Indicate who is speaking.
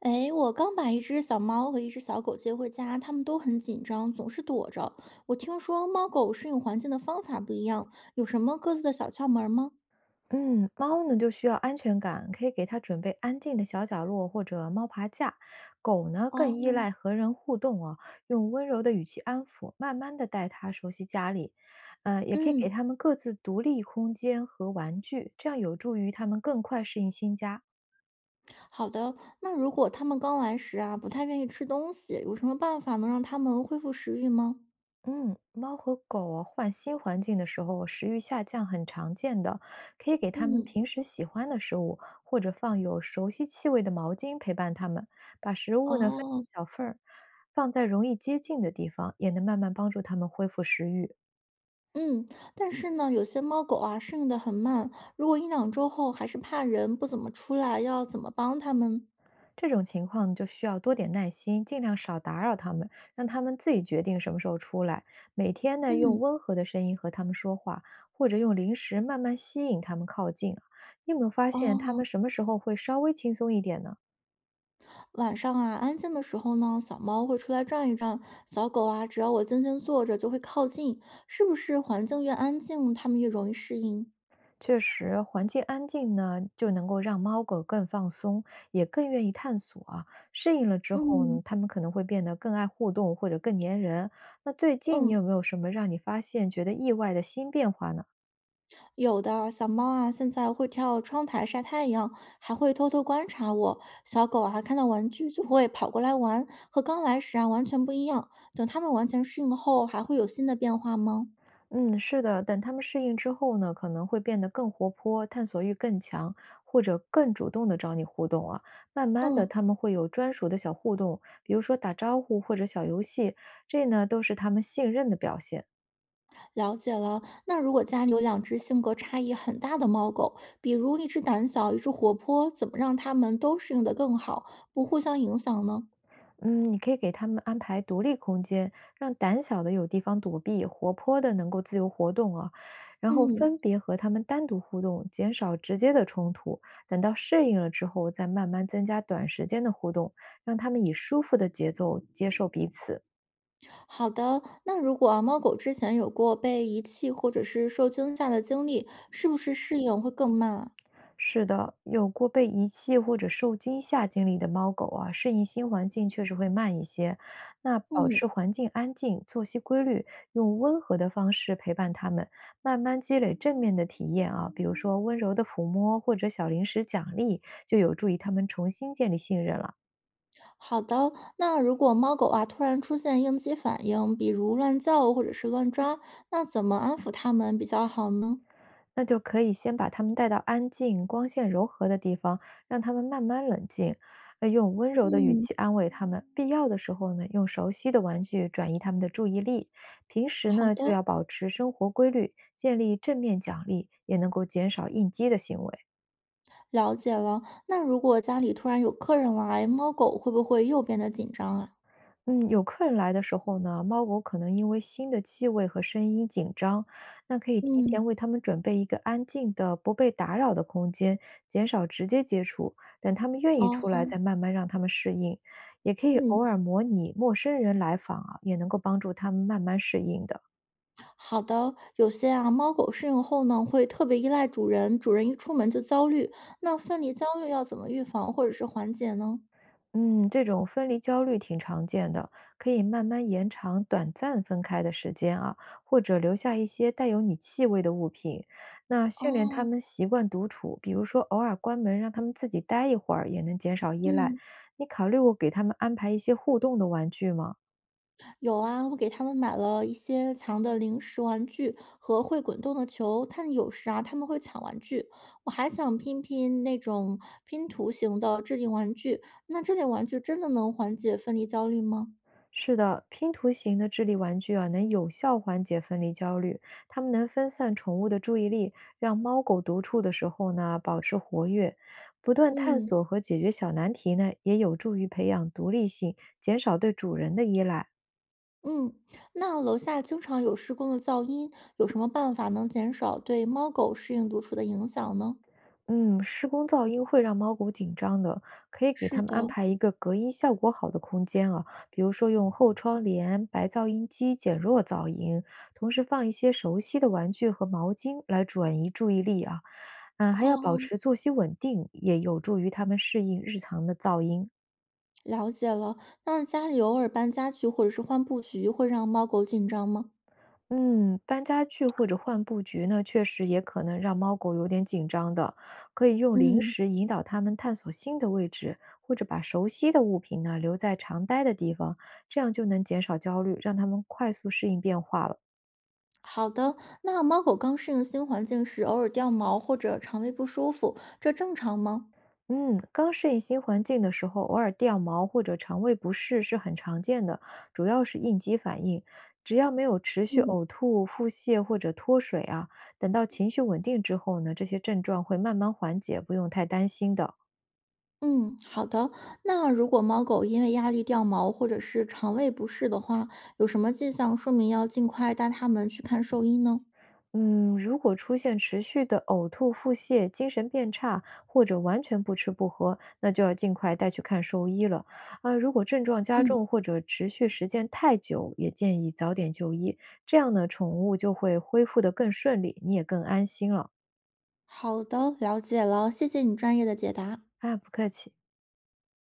Speaker 1: 哎，我刚把一只小猫和一只小狗接回家，它们都很紧张，总是躲着。我听说猫狗适应环境的方法不一样，有什么各自的小窍门儿吗？
Speaker 2: 嗯，猫呢就需要安全感，可以给它准备安静的小角落或者猫爬架。狗呢更依赖
Speaker 1: 哦。
Speaker 2: 和人互动啊，用温柔的语气安抚，慢慢的带它熟悉家里。也可以给
Speaker 1: 嗯。
Speaker 2: 它们各自独立空间和玩具，这样有助于它们更快适应新家。
Speaker 1: 好的。那如果它们刚来时啊，不太愿意吃东西，有什么办法能让它们恢复食欲吗？
Speaker 2: 嗯，猫和狗啊，换新环境的时候，食欲下降很常见的，可以给它们
Speaker 1: 嗯。
Speaker 2: 平时喜欢的食物，或者放有熟悉气味的毛巾陪伴它们。把食物呢分
Speaker 1: 哦。
Speaker 2: 成小份儿，放在容易接近的地方，也能慢慢帮助它们恢复食欲。
Speaker 1: 嗯，但是呢，有些猫狗啊适应的很慢，如果一两周后还是怕人，不怎么出来，要怎么帮它们？
Speaker 2: 这种情况就需要多点耐心，尽量少打扰他们，让他们自己决定什么时候出来。每天呢，用
Speaker 1: 嗯。
Speaker 2: 温和的声音和他们说话，或者用零食慢慢吸引他们靠近啊，你有没有发现他
Speaker 1: 哦。
Speaker 2: 们什么时候会稍微轻松一点呢？
Speaker 1: 晚上啊，安静的时候呢，小猫会出来转一转，小狗啊，只要我静静坐着就会靠近，是不是环境越安静，它们越容易适应？
Speaker 2: 确实，环境安静呢，就能够让猫狗更放松，也更愿意探索啊。适应了之后
Speaker 1: 嗯
Speaker 2: 呢，它们可能会变得更爱互动或者更粘人。那最近你
Speaker 1: 嗯。
Speaker 2: 有没有什么让你发现觉得意外的新变化呢？
Speaker 1: 有的小猫啊，现在会跳窗台晒太阳，还会偷偷观察我。小狗啊，看到玩具就会跑过来玩，和刚来时啊完全不一样。等它们完全适应后，还会有新的变化吗？
Speaker 2: 嗯，是的，等他们适应之后呢，可能会变得更活泼，探索欲更强，或者更主动的找你互动啊。慢慢的，
Speaker 1: 嗯。
Speaker 2: 他们会有专属的小互动，比如说打招呼或者小游戏，这呢都是他们信任的表现。
Speaker 1: 了解了，那如果家里有两只性格差异很大的猫狗，比如一只胆小，一只活泼，怎么让它们都适应的更好，不互相影响呢？
Speaker 2: 嗯，你可以给他们安排独立空间，让胆小的有地方躲避，活泼的能够自由活动啊。然后分
Speaker 1: 嗯。
Speaker 2: 别和他们单独互动，减少直接的冲突。等到适应了之后，再慢慢增加短时间的互动，让他们以舒服的节奏接受彼此。
Speaker 1: 好的。那如果啊，猫狗之前有过被遗弃或者是受惊吓的经历，是不是适应会更慢啊？
Speaker 2: 是的，有过被遗弃或者受惊吓经历的猫狗啊，适应新环境确实会慢一些。那保
Speaker 1: 嗯。
Speaker 2: 持环境安静、作息规律，用温和的方式陪伴它们，慢慢积累正面的体验啊，比如说温柔的抚摸或者小零食奖励，就有助于它们重新建立信任了。
Speaker 1: 好的。那如果猫狗啊突然出现应激反应，比如乱叫或者是乱抓，那怎么安抚它们比较好呢？
Speaker 2: 那就可以先把他们带到安静、光线柔和的地方，让他们慢慢冷静。用温柔的语
Speaker 1: 嗯。
Speaker 2: 气安慰他们，必要的时候呢，用熟悉的玩具转移他们的注意力。平时
Speaker 1: 好
Speaker 2: 呢，就
Speaker 1: 的。
Speaker 2: 要保持生活规律，建立正面奖励，也能够减少应激的行为。
Speaker 1: 了解了。那如果家里突然有客人来，猫狗会不会又变得紧张啊？
Speaker 2: 嗯，有客人来的时候呢，猫狗可能因为新的气味和声音紧张，那可以提
Speaker 1: 嗯。
Speaker 2: 前为它们准备一个安静的、不被打扰的空间，减少直接接触。等它们愿意出来，
Speaker 1: 哦。
Speaker 2: 再慢慢让它们适应。也可以偶
Speaker 1: 嗯。
Speaker 2: 尔模拟陌生人来访啊，也能够帮助它们慢慢适应的。
Speaker 1: 好的。有些啊，猫狗适应后呢，会特别依赖主人，主人一出门就焦虑。那分离焦虑要怎么预防或者是缓解呢？
Speaker 2: 嗯，这种分离焦虑挺常见的，可以慢慢延长短暂分开的时间啊，或者留下一些带有你气味的物品。那训练他
Speaker 1: 哦。
Speaker 2: 们习惯独处，比如说偶尔关门让他们自己待一会儿，也能减少依赖。
Speaker 1: 嗯。
Speaker 2: 你考虑过给他们安排一些互动的玩具吗？
Speaker 1: 有啊，我给他们买了一些墙的零食玩具和会滚动的球，但有时啊他们会抢玩具。我还想拼拼那种拼图型的智力玩具，那这类玩具真的能缓解分离焦虑吗？
Speaker 2: 是的，拼图型的智力玩具啊，能有效缓解分离焦虑。它们能分散宠物的注意力，让猫狗独处的时候呢保持活跃，不断探
Speaker 1: 嗯
Speaker 2: 索和解决小难题呢，也有助于培养独立性，减少对主人的依赖。
Speaker 1: 嗯。那楼下经常有施工的噪音，有什么办法能减少对猫狗适应独处的影响呢？
Speaker 2: 嗯，施工噪音会让猫狗紧张的，可以给
Speaker 1: 是
Speaker 2: 它们安
Speaker 1: 的。
Speaker 2: 排一个隔音效果好的空间啊，比如说用后窗帘、白噪音机减弱噪音，同时放一些熟悉的玩具和毛巾来转移注意力啊。嗯，还要保
Speaker 1: 哦。
Speaker 2: 持作息稳定，也有助于他们适应日常的噪音。
Speaker 1: 了解了。那家里偶尔搬家具或者是换布局，会让猫狗紧张吗？
Speaker 2: 嗯，搬家具或者换布局呢，确实也可能让猫狗有点紧张的。可以用零
Speaker 1: 嗯。
Speaker 2: 食引导它们探索新的位置，或者把熟悉的物品呢留在常待的地方，这样就能减少焦虑，让它们快速适应变化了。
Speaker 1: 好的。那猫狗刚适应新环境时，偶尔掉毛或者肠胃不舒服，这正常吗？
Speaker 2: 嗯，刚适应新环境的时候，偶尔掉毛或者肠胃不适是很常见的，主要是应激反应。只要没有持续
Speaker 1: 嗯
Speaker 2: 呕吐、腹泻或者脱水啊，等到情绪稳定之后呢，这些症状会慢慢缓解，不用太担心的。
Speaker 1: 嗯，好的。那如果猫狗因为压力掉毛或者是肠胃不适的话，有什么迹象说明要尽快带它们去看兽医呢？
Speaker 2: 嗯，如果出现持续的呕吐、腹泻、精神变差，或者完全不吃不喝，那就要尽快带去看兽医了。啊，如果症状加
Speaker 1: 嗯。
Speaker 2: 重或者持续时间太久，也建议早点就医，这样呢，宠物就会恢复得更顺利，你也更安心了。
Speaker 1: 好的，了解了，谢谢你专业的解答。
Speaker 2: 啊，不客气。